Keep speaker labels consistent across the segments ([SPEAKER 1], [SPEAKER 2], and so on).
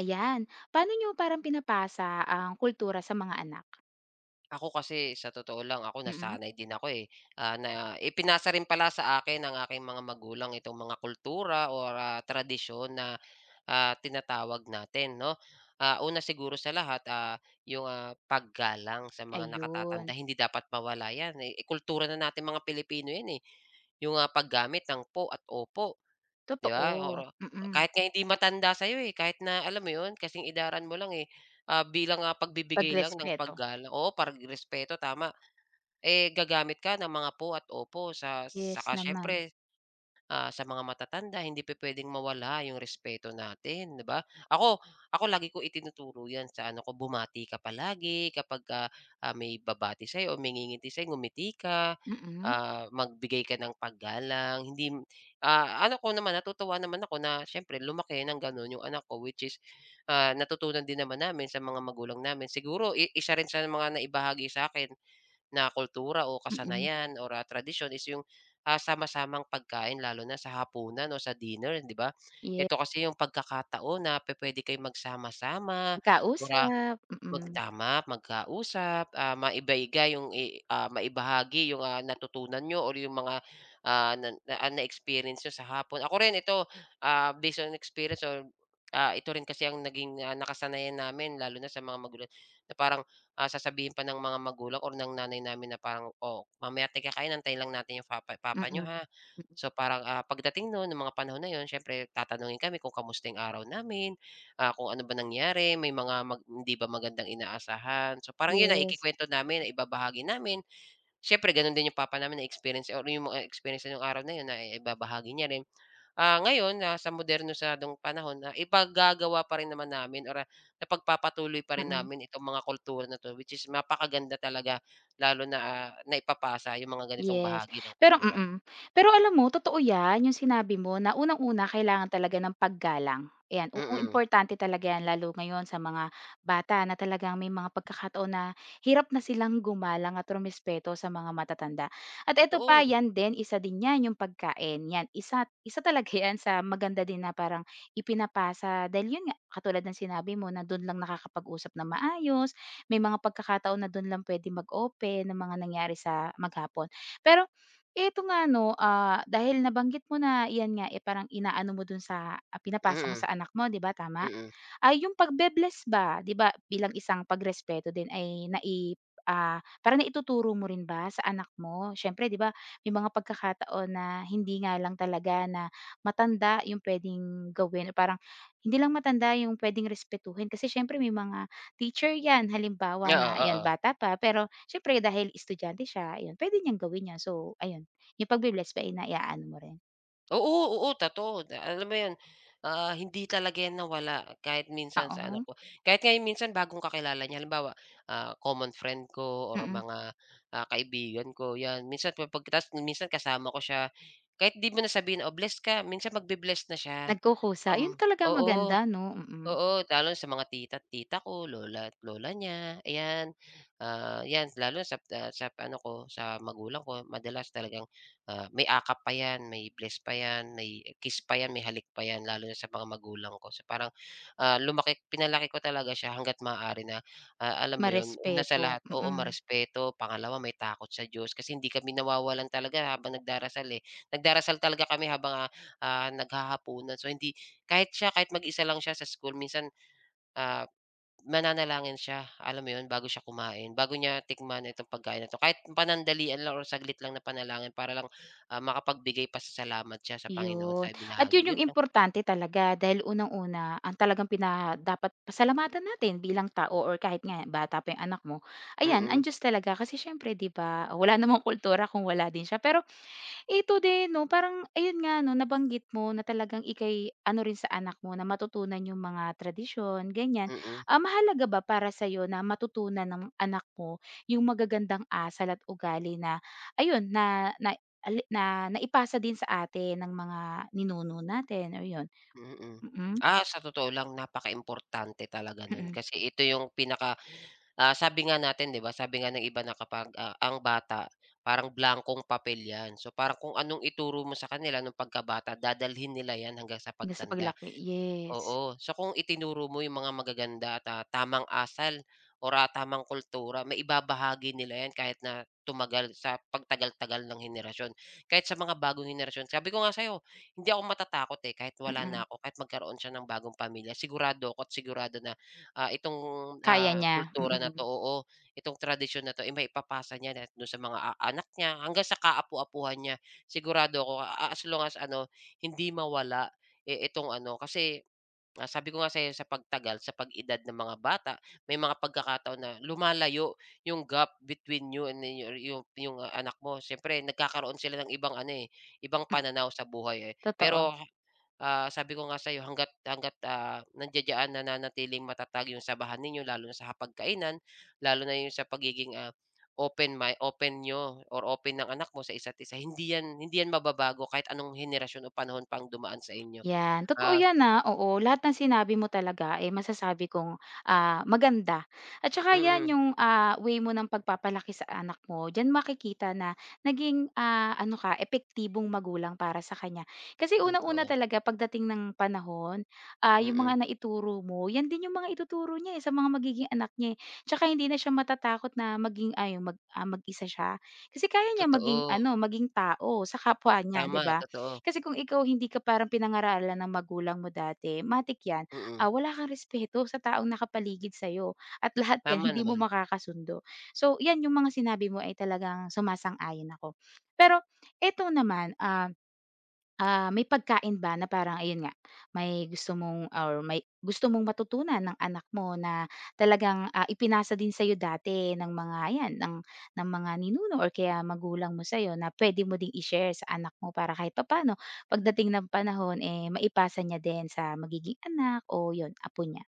[SPEAKER 1] Ayan. Paano nyo parang pinapasa ang kultura sa mga anak?
[SPEAKER 2] Ako kasi sa totoo lang
[SPEAKER 1] Mm,
[SPEAKER 2] nasanay din ako, na ipinasa rin pala sa akin ng aking mga magulang itong mga kultura o tradisyon na tinatawag natin 'no. Una siguro sa lahat, paggalang sa mga nakatatanda,
[SPEAKER 1] ayun.
[SPEAKER 2] hindi dapat mawala 'yan, kultura na nating mga Pilipino 'yan, eh, paggamit ng po at opo. 'Di ba?
[SPEAKER 1] Totoo,
[SPEAKER 2] Oo,
[SPEAKER 1] mm.
[SPEAKER 2] kahit nga hindi matanda sa'yo, eh, kahit na alam mo 'yun, kasing idaran mo lang, eh, bilang, pagbibigay lang ng
[SPEAKER 1] Pagrespeto.
[SPEAKER 2] paggalang, oo, pagrespeto, tama, eh, gagamit ka ng mga po at opo sa
[SPEAKER 1] Yes
[SPEAKER 2] saka
[SPEAKER 1] naman.
[SPEAKER 2] siyempre sa mga matatanda, hindi pupuwedeng mawala yung respeto natin, 'di ba? Ako ako lagi ko itinuturo 'yan sa ano ko, bumati ka palagi kapag may babati sa'yo o may ngingiti sa'yo, ngumiti ka,
[SPEAKER 1] Mm,
[SPEAKER 2] magbigay ka ng paggalang, hindi ano ko naman, natutuwa naman ako na siyempre lumaki ng gano'n yung anak ko, which is, natutunan din naman namin sa mga magulang namin. Siguro i isa rin sa mga naibahagi sa akin na kultura o
[SPEAKER 1] mm.
[SPEAKER 2] kasanayan or, tradisyon is yung, sama-samang pagkain lalo na sa hapunan o sa dinner, 'di ba?
[SPEAKER 1] Yes,
[SPEAKER 2] Ito kasi yung pagkakataon na pwede kayong magsama-sama or,
[SPEAKER 1] magkausap,
[SPEAKER 2] mag
[SPEAKER 1] mm,
[SPEAKER 2] tama, magkausap, maibahagi yung maibahagi yung, natutunan nyo or yung mga, ah, na na ah, na-experience nyo sa hapon. Ako rin ito, based on experience or, ito rin kasi ang naging, nakasanayan namin lalo na sa mga magulang na parang, sasabihin pa ng mga magulang or ng nanay namin na parang, "Oh, mamaya tayo kakain, antayin lang natin yung papa papa niyo,
[SPEAKER 1] mm.
[SPEAKER 2] ha." So, parang, pagdating noon, nung mga panahon na yun, siyempre tatanungin kami kung kamusta yung araw namin, kung ano ba nangyari, may mga mag hindi ba magandang inaasahan. So, parang
[SPEAKER 1] Mm,
[SPEAKER 2] 'yun na
[SPEAKER 1] yes,
[SPEAKER 2] ikikwento namin, na ibabahagi namin. Siyempre gano'n din yung papa namin na-experience or yung mga experience niya nung araw na 'yun naibabahagi niya rin. Ngayon na sa moderno sa modernisadong panahon, na ipagagawa pa rin naman namin or, napagpapatuloy pa rin
[SPEAKER 1] mm.
[SPEAKER 2] namin itong mga kultura na 'to, which is mapakaganda talaga lalo na, naipapasa yung mga ganitong
[SPEAKER 1] Yes,
[SPEAKER 2] bahagi ng
[SPEAKER 1] pero
[SPEAKER 2] kultura.
[SPEAKER 1] mm. Pero alam mo totoo 'yan, yung sinabi mo na unang-una kailangan talaga ng paggalang, ayan,
[SPEAKER 2] Mm.
[SPEAKER 1] oo,
[SPEAKER 2] mm,
[SPEAKER 1] importante talaga 'yan lalo ngayon sa mga bata na talagang may mga pagkakataon na hirap na silang gumalang at rumespeto sa mga matatanda. At eto pa
[SPEAKER 2] Totoo.
[SPEAKER 1] 'yan din, isa din 'yan yung pagkain, 'yan isa isa talaga 'yan sa maganda din na parang ipinapasa dahil 'yun nga, katulad ng sinabi mo na dun lang nakakapag-usap ng maayos, may mga pagkakataon na dun lang puwede mag-open ng mga nangyari sa maghapon. Pero ito nga 'no, dahil nabanggit mo na 'yan nga, eh, parang inaano mo dun sa, pinapasa mo
[SPEAKER 2] Mm,
[SPEAKER 1] sa anak mo, 'di ba, tama?
[SPEAKER 2] mm.
[SPEAKER 1] Ay yung pagbe-bless ba, 'di ba bilang isang pagrespeto din ay parang naituturo mo rin ba sa anak mo? Siyempre 'di ba may mga pagkakataon na hindi nga lang talaga na matanda yung puwedeng gawin o parang hindi lang matanda yung puwedeng respetuhin kasi siyempre may mga teacher 'yan halimbawa na
[SPEAKER 2] Oo,
[SPEAKER 1] 'yan
[SPEAKER 2] oo.
[SPEAKER 1] bata pa pero siyempre dahil estudyante siya ayun puwede niyang gawin 'yan. So ayun, yung pagbe-bless ba ay naiaano mo rin?
[SPEAKER 2] Oo, oo, totoo. Da alam mo 'yun, hindi talaga 'yan nawala kahit minsan sa anak
[SPEAKER 1] Oo,
[SPEAKER 2] ko. Kahit nga minsan bagong kakilala niya, halimbawa, common friend ko or
[SPEAKER 1] mm.
[SPEAKER 2] mga, kaibigan ko, 'yan. Minsan pag tas minsan kasama ko siya, kahit 'di mo na sabihin, "Oh, bless ka," minsan magbe-bless na siya.
[SPEAKER 1] Nagkukusa, yun
[SPEAKER 2] Um,
[SPEAKER 1] talaga maganda
[SPEAKER 2] Oo.
[SPEAKER 1] 'no, mm.
[SPEAKER 2] Oo, lalo na sa mga tita't tita ko, lola at lola niya, ayan. 'Yan lalo sa ah, sa ano ko, sa magulang ko madalas talagang, may akap pa 'yan, may bless pa 'yan, may kiss pa 'yan, may halik pa 'yan lalo na sa mga magulang ko. So parang, lumaki pinalaki ko talaga siya hangga't maaari na, alam mo 'yun, una sa
[SPEAKER 1] Marespeto,
[SPEAKER 2] lahat, oo,
[SPEAKER 1] mm,
[SPEAKER 2] marespeto, pangalawa may takot sa Diyos kasi hindi kami nawawalan talaga habang nagdarasal, eh. Nagdarasal talaga kami habang, naghahapunan, so hindi kahit siya, kahit mag-isa lang siya sa school minsan, ah, nananalangin siya, alam mo 'yun, bago siya kumain, bago niya tikman itong pagkain na 'to. Kahit panandalian lang or saglit lang na panalangin, para lang, makapagbigay pasasalamat siya sa Panginoon sa
[SPEAKER 1] 'yun. At
[SPEAKER 2] ibinahagi,
[SPEAKER 1] 'yun
[SPEAKER 2] 'yun
[SPEAKER 1] yung
[SPEAKER 2] lang.
[SPEAKER 1] importante talaga dahil unang-una ang talagang pina dapat pasalamatan natin bilang tao or kahit nga bata pa yung anak mo, ayan ang
[SPEAKER 2] Mm,
[SPEAKER 1] Diyos talaga kasi siyempre 'di ba, wala namang kultura kung wala din siya. Pero ito din 'no, parang ayun nga 'no, nabanggit mo na talagang ika'y ano rin sa anak mo na matutunan yung mga tradisyon, ganyan.
[SPEAKER 2] mm.
[SPEAKER 1] Mahalaga ba para sa'yo na matutunan ng anak mo yung magagandang asal at ugali na ayun, na na ali na naipasa din sa atin ng mga ninuno natin or yun?
[SPEAKER 2] Mm.
[SPEAKER 1] Mm,
[SPEAKER 2] Sa totoo lang napakaimportante talaga nun
[SPEAKER 1] mm,
[SPEAKER 2] kasi ito yung pinaka sabi nga natin 'di ba, sabi nga ng iba na kapag, ang bata parang blankong papel 'yan. So, parang kung anong ituro mo sa kanila nung pagkabata dadalhin nila 'yan hanggang sa
[SPEAKER 1] hanggang sa
[SPEAKER 2] pagtanda.
[SPEAKER 1] paglaki, yes.
[SPEAKER 2] Oo, so kung itinuro mo yung mga magaganda at, tamang asal or, tamang kultura maibabahagi nila yan kahit na tumagal sa pagtagal-tagal ng henerasyon. Kahit sa mga bagong henerasyon, sabi ko nga sa'yo hindi ako matatakot, eh, kahit wala
[SPEAKER 1] Mm,
[SPEAKER 2] na ako, kahit magkaroon siya ng bagong pamilya sigurado ako at sigurado na, itong,
[SPEAKER 1] kaya niya,
[SPEAKER 2] kultura na
[SPEAKER 1] mm-mm.
[SPEAKER 2] 'to, oo, itong tradisyon na 'to, eh, maipapasa niya na dun sa mga, anak niya hanggang sa kaapu-apuhan niya. Sigurado ako, as long as ano hindi mawala, eh, itong ano kasi sabi ko nga sa'yo sa pagtagal, sa pag-edad ng mga bata, may mga pagkakataon na lumalayo yung gap between you and your anak mo. Siyempre nagkakaroon sila ng ibang ano, eh, ibang
[SPEAKER 1] Mm, hmm,
[SPEAKER 2] pananaw sa buhay, eh.
[SPEAKER 1] totoo.
[SPEAKER 2] Pero, sabi ko nga sa'yo hangga't nandiya na nananatiling matatag yung samahan ninyo lalo na sa hapagkainan, lalo na yung sa pagiging, open my open niyo or open ng anak mo sa isa't isa, hindi yan mababago kahit anong henerasyon o panahon pang dumaan sa inyo.
[SPEAKER 1] Yan, totoo
[SPEAKER 2] Ah
[SPEAKER 1] yan, ah, oo. Lahat ng sinabi mo talaga, eh, masasabi kong, maganda. At saka
[SPEAKER 2] mm,
[SPEAKER 1] yan
[SPEAKER 2] mm,
[SPEAKER 1] yung, way mo ng pagpapalaki sa anak mo, diyan makikita na naging, ano ka, epektibong magulang para sa kanya. Kasi unang-una
[SPEAKER 2] Totoo.
[SPEAKER 1] talaga pagdating ng panahon, yung
[SPEAKER 2] Mm,
[SPEAKER 1] mga naituro mo, yan din yung mga ituturo niya, eh, sa mga magiging anak niya, eh. Tsaka hindi na siya matatakot na maging mag-isa siya. Kasi kaya niya maging
[SPEAKER 2] Totoo.
[SPEAKER 1] ano, maging tao sa kapwa niya, 'di
[SPEAKER 2] Tama,
[SPEAKER 1] ba?
[SPEAKER 2] totoo.
[SPEAKER 1] Kasi kung ikaw hindi ka parang pinangaralan ng magulang mo dati, matik 'yan,
[SPEAKER 2] Mm,
[SPEAKER 1] wala kang respeto sa taong nakapaligid sa'yo at lahat 'yan
[SPEAKER 2] Tama
[SPEAKER 1] hindi mo
[SPEAKER 2] naman.
[SPEAKER 1] makakasundo. So 'yan, yung mga sinabi mo ay talagang sumasang-ayon ako. Pero eto naman, ah. May pagkain ba na parang ayun nga, may gusto mong or may gusto mong matutunan ng anak mo na talagang, ipinasa din sa'yo dati ng mga 'yan, ng mga ninuno or kaya magulang mo sa'yo na pwede mo ding i-share sa anak mo para kahit papaano pagdating ng panahon, eh, maipasa niya din sa magiging anak o 'yun, apo niya?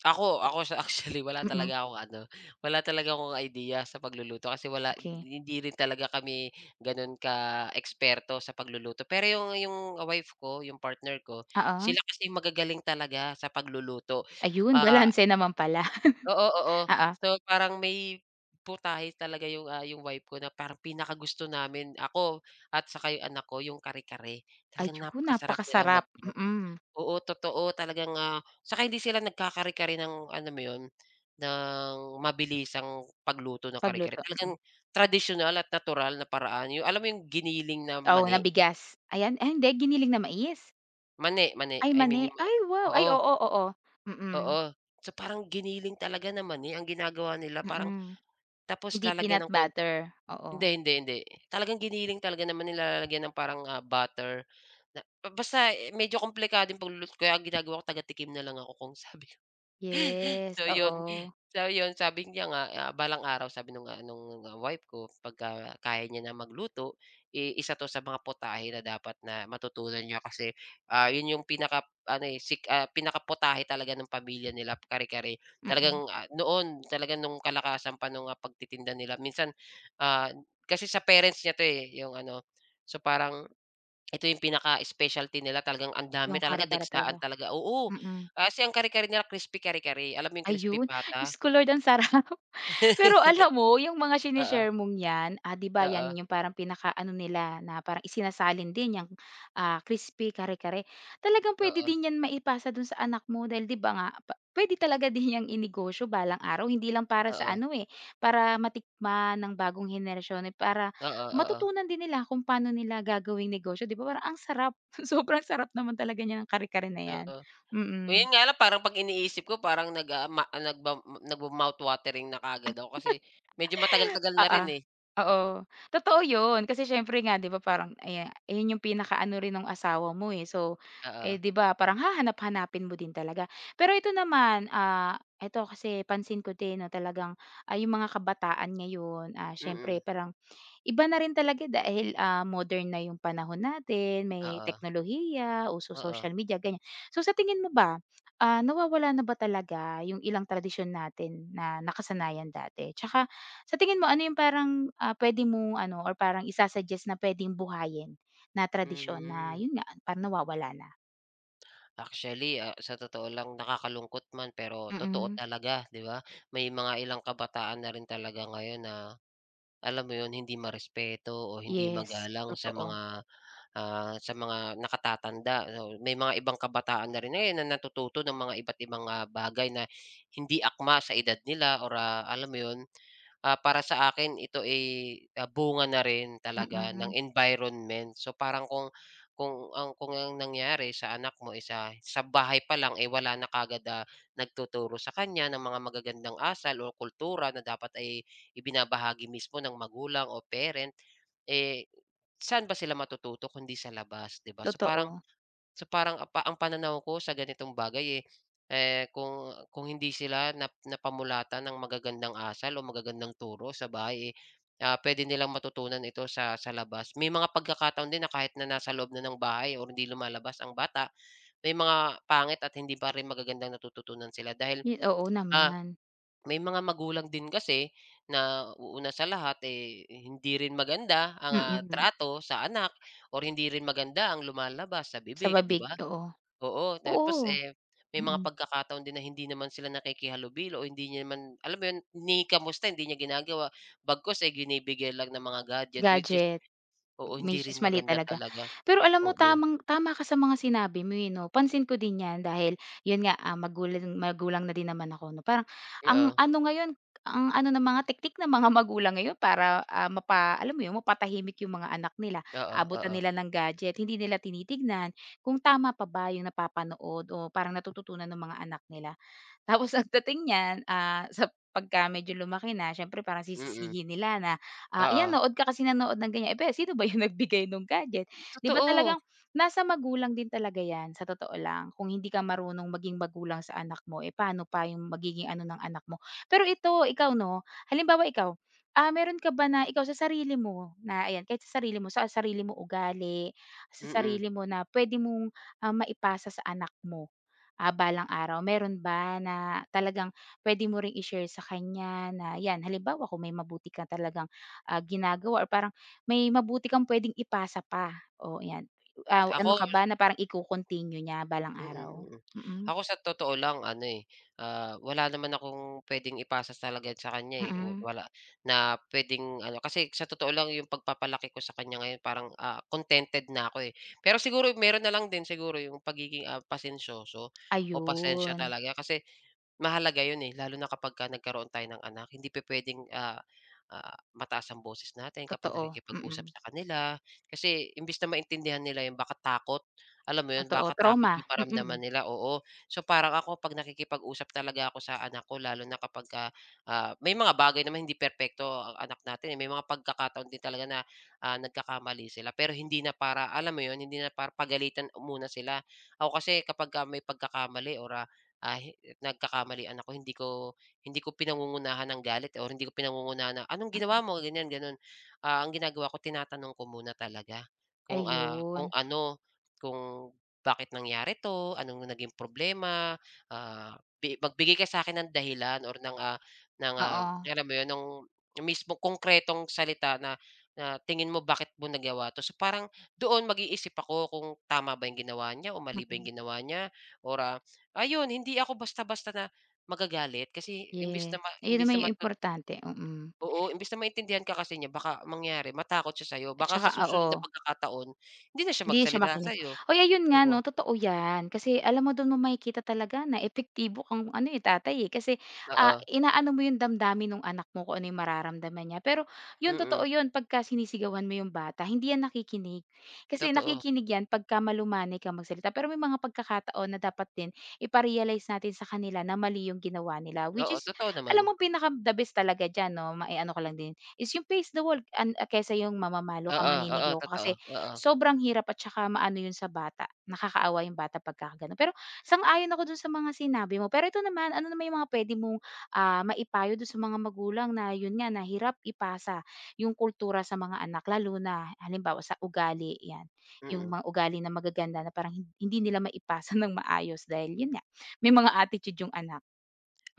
[SPEAKER 2] Ako ako sa actually wala
[SPEAKER 1] Mm,
[SPEAKER 2] talaga akong ano, wala talaga akong idea sa pagluluto kasi wala
[SPEAKER 1] okey.
[SPEAKER 2] hindi rin talaga kami gano'n ka-eksperto sa pagluluto. Pero yung wife ko, yung partner ko,
[SPEAKER 1] Oo,
[SPEAKER 2] sila kasi magagaling talaga sa pagluluto.
[SPEAKER 1] ayun
[SPEAKER 2] Ah,
[SPEAKER 1] balanse naman pala,
[SPEAKER 2] Oo, oo.
[SPEAKER 1] oo.
[SPEAKER 2] So, parang may putahe talaga yung, yung wife ko na parang pinakagusto namin, ako at saka yung anak ko, yung kare-kare. Talagang
[SPEAKER 1] Ayun,
[SPEAKER 2] napakasarap nilang
[SPEAKER 1] napakasarap,
[SPEAKER 2] mag.
[SPEAKER 1] mm,
[SPEAKER 2] Oo, totoo talagang, saka hindi sila nagkakare-kare ng alam mo 'yun, ng mabilisang pagluto ng kare-kare.
[SPEAKER 1] pagluto, mm.
[SPEAKER 2] Talagang tradisyonal at natural na paraan, yung alam mo yung giniling na
[SPEAKER 1] Oo, na
[SPEAKER 2] mani?
[SPEAKER 1] bigas. Ayan, eh hindi giniling na mais.
[SPEAKER 2] Mani, mani,
[SPEAKER 1] Ay
[SPEAKER 2] I
[SPEAKER 1] mani,
[SPEAKER 2] mean yung ma
[SPEAKER 1] ay wow, ay
[SPEAKER 2] oo,
[SPEAKER 1] oo, oo, mm,
[SPEAKER 2] oo. So, parang giniling talaga na mani ang ginagawa nila parang
[SPEAKER 1] mm.
[SPEAKER 2] tapos
[SPEAKER 1] Hindi peanut
[SPEAKER 2] lalagyan ng kon
[SPEAKER 1] butter,
[SPEAKER 2] hindi,
[SPEAKER 1] oo.
[SPEAKER 2] hindi, hindi. Talagang giniling talaga na mani nilalagyan ng parang, butter na basta eh, medyo komplikado yung pagluluto kaya ang ginagawa ko taga-tikim na lang ako kung sabi
[SPEAKER 1] Yes,
[SPEAKER 2] So yun,
[SPEAKER 1] oo,
[SPEAKER 2] so yun sabi niya nga, balang araw sabi nung, wife ko pagka kaya niya na magluto, i isa 'to sa mga putahe na dapat na matutunan niya kasi, yun yung pinaka ano, eh, pinakaputahe talaga ng pamilya nila kare-kare.
[SPEAKER 1] mm,
[SPEAKER 2] Talagang, noon talagang nung kalakasan pa nung, pagtitinda nila minsan, ah, kasi sa parents niya 'to, eh, yung ano. So parang ito yung pinaka specialty nila, talagang ang dami
[SPEAKER 1] yung
[SPEAKER 2] talaga,
[SPEAKER 1] kare-kare
[SPEAKER 2] dagsaan
[SPEAKER 1] talaga,
[SPEAKER 2] talaga, oo.
[SPEAKER 1] mm.
[SPEAKER 2] Kasi ang kare-kare nila crispy kare-kare, alam mo yung crispy
[SPEAKER 1] Ayun,
[SPEAKER 2] pata?
[SPEAKER 1] Diyos ko Lord ang sarap. Pero alam mo yung mga
[SPEAKER 2] Oo,
[SPEAKER 1] sinishare mong 'yan, ah, 'di ba
[SPEAKER 2] oo,
[SPEAKER 1] 'yan yung parang pinaka ano nila na parang isinasalin din yung crispy kare-kare. Talagang pwede
[SPEAKER 2] oo,
[SPEAKER 1] din 'yan maipasa dun sa anak mo dahil 'di ba nga pa puwede talaga din yung inegosyo balang araw hindi lang para sa
[SPEAKER 2] oo,
[SPEAKER 1] ano, eh, para matikman ng bagong henerasyon, eh, para
[SPEAKER 2] oo, oo,
[SPEAKER 1] matutunan din nila kung paano nila gagawing negosyo, 'di ba parang ang sarap, sobrang sarap naman talaga niya ng kare-kare na 'yan,
[SPEAKER 2] oo.
[SPEAKER 1] mm.
[SPEAKER 2] Yun nga lang parang 'pag iniisip ko parang nag, ah, ma nagba nagmo-mouth watering na kaagad ako kasi medyo matagal-tagal na
[SPEAKER 1] Oo,
[SPEAKER 2] rin, eh.
[SPEAKER 1] oo. Totoo 'yun kasi siyempre nga 'di ba parang ayan ayun yung pinakaano rin nung asawa mo, eh. So, eh,
[SPEAKER 2] Oo,
[SPEAKER 1] 'di ba parang hahanap-hanapin mo din talaga. Pero ito naman, ah, ito kasi pansin ko din 'no talagang, yung mga kabataan ngayon, ah, siyempre
[SPEAKER 2] mm,
[SPEAKER 1] parang iba na rin talaga dahil, modern na yung panahon natin, may
[SPEAKER 2] oo,
[SPEAKER 1] teknolohiya, uso
[SPEAKER 2] oo,
[SPEAKER 1] social media, ganyan. So sa tingin mo ba, nawawala na ba talaga yung ilang tradisyon natin na nakasanayan dati? Tsaka sa tingin mo ano yung parang, puwede mong ano or parang isa na puwedeng buhayin na tradisyon na
[SPEAKER 2] hmm.
[SPEAKER 1] yun nga, parang nawawala na?
[SPEAKER 2] Actually, sa totoo lang nakakalungkot man pero totoo
[SPEAKER 1] Mm.
[SPEAKER 2] talaga, 'di ba? May mga ilang kabataan na rin talaga ngayon na alam mo 'yun, hindi marespeto o hindi
[SPEAKER 1] Yes,
[SPEAKER 2] magalang sa
[SPEAKER 1] totoo.
[SPEAKER 2] mga, sa mga nakatatanda. So, may mga ibang kabataan na rin ngayon na natututo ng mga iba't ibang, bagay na hindi akma sa edad nila or, alam mo 'yun, para sa akin ito ay, bunga na rin talaga ng
[SPEAKER 1] Mm,
[SPEAKER 2] environment. So, parang kung ang nangyari sa anak mo is, sa bahay pa lang, eh, wala na kaagad, nagtuturo sa kanya ng mga magagandang asal o kultura na dapat ay ibinabahagi mismo ng magulang o parent, eh, saan ba sila matututo kundi sa labas, 'di ba?
[SPEAKER 1] totoo.
[SPEAKER 2] So, parang ang pananaw ko sa ganitong bagay, eh, kung hindi sila nap napamulatan ng magagandang asal o magagandang turo sa bahay, eh, puwede nilang matutunan ito sa labas. May mga pagkakataon din na kahit na nasa loob na ng bahay o hindi lumalabas ang bata, may mga pangit at hindi pa rin magagandang natututunan sila dahil,
[SPEAKER 1] Ye oo
[SPEAKER 2] ah
[SPEAKER 1] naman.
[SPEAKER 2] may mga magulang din kasi na una sa lahat, eh, hindi rin maganda ang,
[SPEAKER 1] Mm,
[SPEAKER 2] trato sa anak or hindi rin maganda ang lumalabas sa
[SPEAKER 1] sa
[SPEAKER 2] bibig, 'di
[SPEAKER 1] babig,
[SPEAKER 2] ba?
[SPEAKER 1] oo.
[SPEAKER 2] Oo,
[SPEAKER 1] Oo,
[SPEAKER 2] tapos, eh, may mga
[SPEAKER 1] mm.
[SPEAKER 2] pagkakataon din na hindi naman sila nakikihalubilo o hindi niya naman alam mo 'yun, kinikamusta hindi niya ginagawa. Bagkus, eh, ginibigay lang ng mga gadget, which is
[SPEAKER 1] Gadget.
[SPEAKER 2] oo, hindi rin
[SPEAKER 1] Misis mali
[SPEAKER 2] maganda
[SPEAKER 1] talaga.
[SPEAKER 2] talaga.
[SPEAKER 1] Pero alam mo
[SPEAKER 2] Oo,
[SPEAKER 1] tamang tama ka sa mga sinabi mo, eh, 'no. Pansin ko din 'yan dahil 'yun nga, ah, magulang magulang na din naman ako 'no. Parang ang
[SPEAKER 2] oo,
[SPEAKER 1] ano ngayon, ang ano ng mga teknik ng mga magulang ngayon para, mapa alam mo 'yun, mapatahimik yung mga anak nila.
[SPEAKER 2] oo,
[SPEAKER 1] Abutan
[SPEAKER 2] oo,
[SPEAKER 1] nila ng gadget, hindi nila tinitignan kung tama pa ba yung napapanood o parang natututunan ng mga anak nila. Tapos pagdating niyan, ah, sa pagka medyo lumaki na siyempre parang
[SPEAKER 2] mm,
[SPEAKER 1] sisisihin nila na, "Ayan
[SPEAKER 2] oo.
[SPEAKER 1] nood ka kasi nanood ng ganyan." Eh, pero sino ba yung nagbigay nung gadget? 'Di ba
[SPEAKER 2] Totoo,
[SPEAKER 1] talagang nasa magulang din talaga 'yan sa totoo lang. Kung hindi ka marunong maging magulang sa anak mo, eh, paano pa yung magiging ano ng anak mo. Pero ito, ikaw 'no, halimbawa ikaw, meron ka ba na ikaw sa sarili mo na ayan, kahit sa sarili mo ugali, sa
[SPEAKER 2] mm.
[SPEAKER 1] sarili mo na puwede mong, maipasa sa anak mo? Balang araw meron ba na talagang puwede mo ring i-share sa kanya na 'yan, halimbawa kung may mabuti ka talagang, ginagawa or parang may mabuti kang puwedeng ipasa pa, o 'yan. Ano
[SPEAKER 2] Ako.
[SPEAKER 1] ka ba na parang iko-continue niya balang
[SPEAKER 2] Mm,
[SPEAKER 1] araw?
[SPEAKER 2] mm.
[SPEAKER 1] Mm,
[SPEAKER 2] Ako sa totoo lang ano, eh, wala naman akong puwedeng ipasa talaga sa kanya, eh, wa
[SPEAKER 1] mm.
[SPEAKER 2] wala na puwedeng ano kasi sa totoo lang yung pagpapalaki ko sa kanya ngayon parang, contented na ako, eh. Pero siguro meron na lang din siguro yung pagiging, pasensyoso o pasensya
[SPEAKER 1] Ayun,
[SPEAKER 2] talaga kasi mahalaga yun, eh, lalo na kapagka nagkaroon tayo ng anak. Hindi pupuwedeng, mataas ang boses natin kapag
[SPEAKER 1] totoo,
[SPEAKER 2] nakikipag-usap
[SPEAKER 1] mm.
[SPEAKER 2] sa kanila. Kasi imbes na maintindihan nila yung baka takot, alam mo yun,
[SPEAKER 1] Totoo,
[SPEAKER 2] baka takot
[SPEAKER 1] trauma,
[SPEAKER 2] yung maramdaman
[SPEAKER 1] mm.
[SPEAKER 2] nila, oo. So, parang ako 'pag nakikipag-usap talaga ako sa anak ko lalo na kapagka, may mga bagay naman hindi perpekto ang anak natin, eh. May mga pagkakataon din talaga na, nagkakamali sila pero hindi na para alam mo yun, hindi na para pagalitan muna sila. Ako kasi kapagka may pagkakamali or, ah, nagkakamalian ako hindi ko pinangungunahan ng galit or hindi ko pinangungunahan na, "Anong ginawa mo?" ganyan, gano'n. Ang ginagawa ko tinatanong ko muna talaga kung, kung
[SPEAKER 1] Ayun,
[SPEAKER 2] ano, kung bakit nangyari 'to, anong naging problema, bi magbigay ka sa akin ng dahilan or ng, ng, ah,
[SPEAKER 1] oo,
[SPEAKER 2] alam mo 'yun, nung mismong konkretong salita na na tingin mo bakit mo nagawa 'to. So, parang doon mag-iisip ako kung tama ba 'yung ginawa niya o mali ba 'yung
[SPEAKER 1] mm.
[SPEAKER 2] ginawa niya or, ayun, hindi ako basta-basta na magagalit kasi imbes
[SPEAKER 1] Yes,
[SPEAKER 2] na ma
[SPEAKER 1] ayun
[SPEAKER 2] imbes
[SPEAKER 1] naman
[SPEAKER 2] na
[SPEAKER 1] yung
[SPEAKER 2] matu
[SPEAKER 1] importante, mm.
[SPEAKER 2] oo, imbes na maintindihan ka kasi niya baka mangyari matakot siya sa'yo
[SPEAKER 1] At
[SPEAKER 2] baka
[SPEAKER 1] saka
[SPEAKER 2] sa susunod
[SPEAKER 1] oo.
[SPEAKER 2] na pagkakataon hindi na siya
[SPEAKER 1] Hindi siya
[SPEAKER 2] magsalita
[SPEAKER 1] makinig.
[SPEAKER 2] sa'yo.
[SPEAKER 1] Uy, ayun nga
[SPEAKER 2] Oo,
[SPEAKER 1] 'no, totoo 'yan. Kasi alam mo do'n mo makikita talaga na epektibo kang ano, eh, tatay, eh. Kasi,
[SPEAKER 2] oo,
[SPEAKER 1] inaano mo 'yung damdamin nung anak mo kung ano 'yung mararamdaman niya. Pero 'yun,
[SPEAKER 2] mm,
[SPEAKER 1] totoo 'yun, pagka sinisigawan mo 'yung bata, hindi 'yan nakikinig. Kasi
[SPEAKER 2] totoo.
[SPEAKER 1] nakikinig 'yan pagka malumanay kang magsalita. Pero may mga pagkakataon na dapat din ipa-realize natin sa kanila na mali 'yung ginawa nila. Which
[SPEAKER 2] Oo,
[SPEAKER 1] is,
[SPEAKER 2] totoo naman.
[SPEAKER 1] alam mo pinaka-the best talaga diyan 'no, mai-ano ka lang din, is 'yung face the wall an kaysa 'yung mamamalo ka,
[SPEAKER 2] Oo, oo,
[SPEAKER 1] maninigaw ka.
[SPEAKER 2] totoo,
[SPEAKER 1] Kasi
[SPEAKER 2] oo,
[SPEAKER 1] sobrang hirap at saka maano 'yun sa bata, nakakaawa yung bata pagka. Pero sang-ayon ako dun sa mga sinabi mo. Pero ito naman, ano naman yung mga puwede mong, maipayo dun sa mga magulang na yun nga, na hirap ipasa yung kultura sa mga anak lalo na halimbawa sa ugali, 'yan, yung
[SPEAKER 2] mm.
[SPEAKER 1] mga ugali na magaganda na parang hindi nila maipasa ng maayos dahil yun nga, may mga attitude yung anak.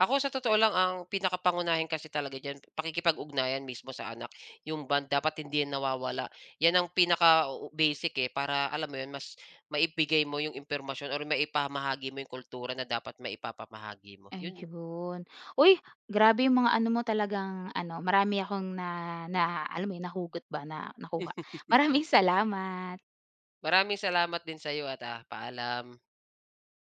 [SPEAKER 2] Ako sa totoo lang ang pinakapangunahin kasi talaga diyan pakikipag-ugnayan mismo sa anak, yung bond dapat hindi yan nawawala. Yan ang pinaka u- basic, eh, para alam mo yun mas maibigay mo yung impormasyon or maipamahagi mo yung kultura na dapat maipapamahagi mo, yun.
[SPEAKER 1] Ayun. Uy, grabe yung mga ano mo talagang ano, marami akong na na alam mo yun, nahugot ba na nakuha. Maraming salamat.
[SPEAKER 2] Maraming salamat din sa'yo at, paalam.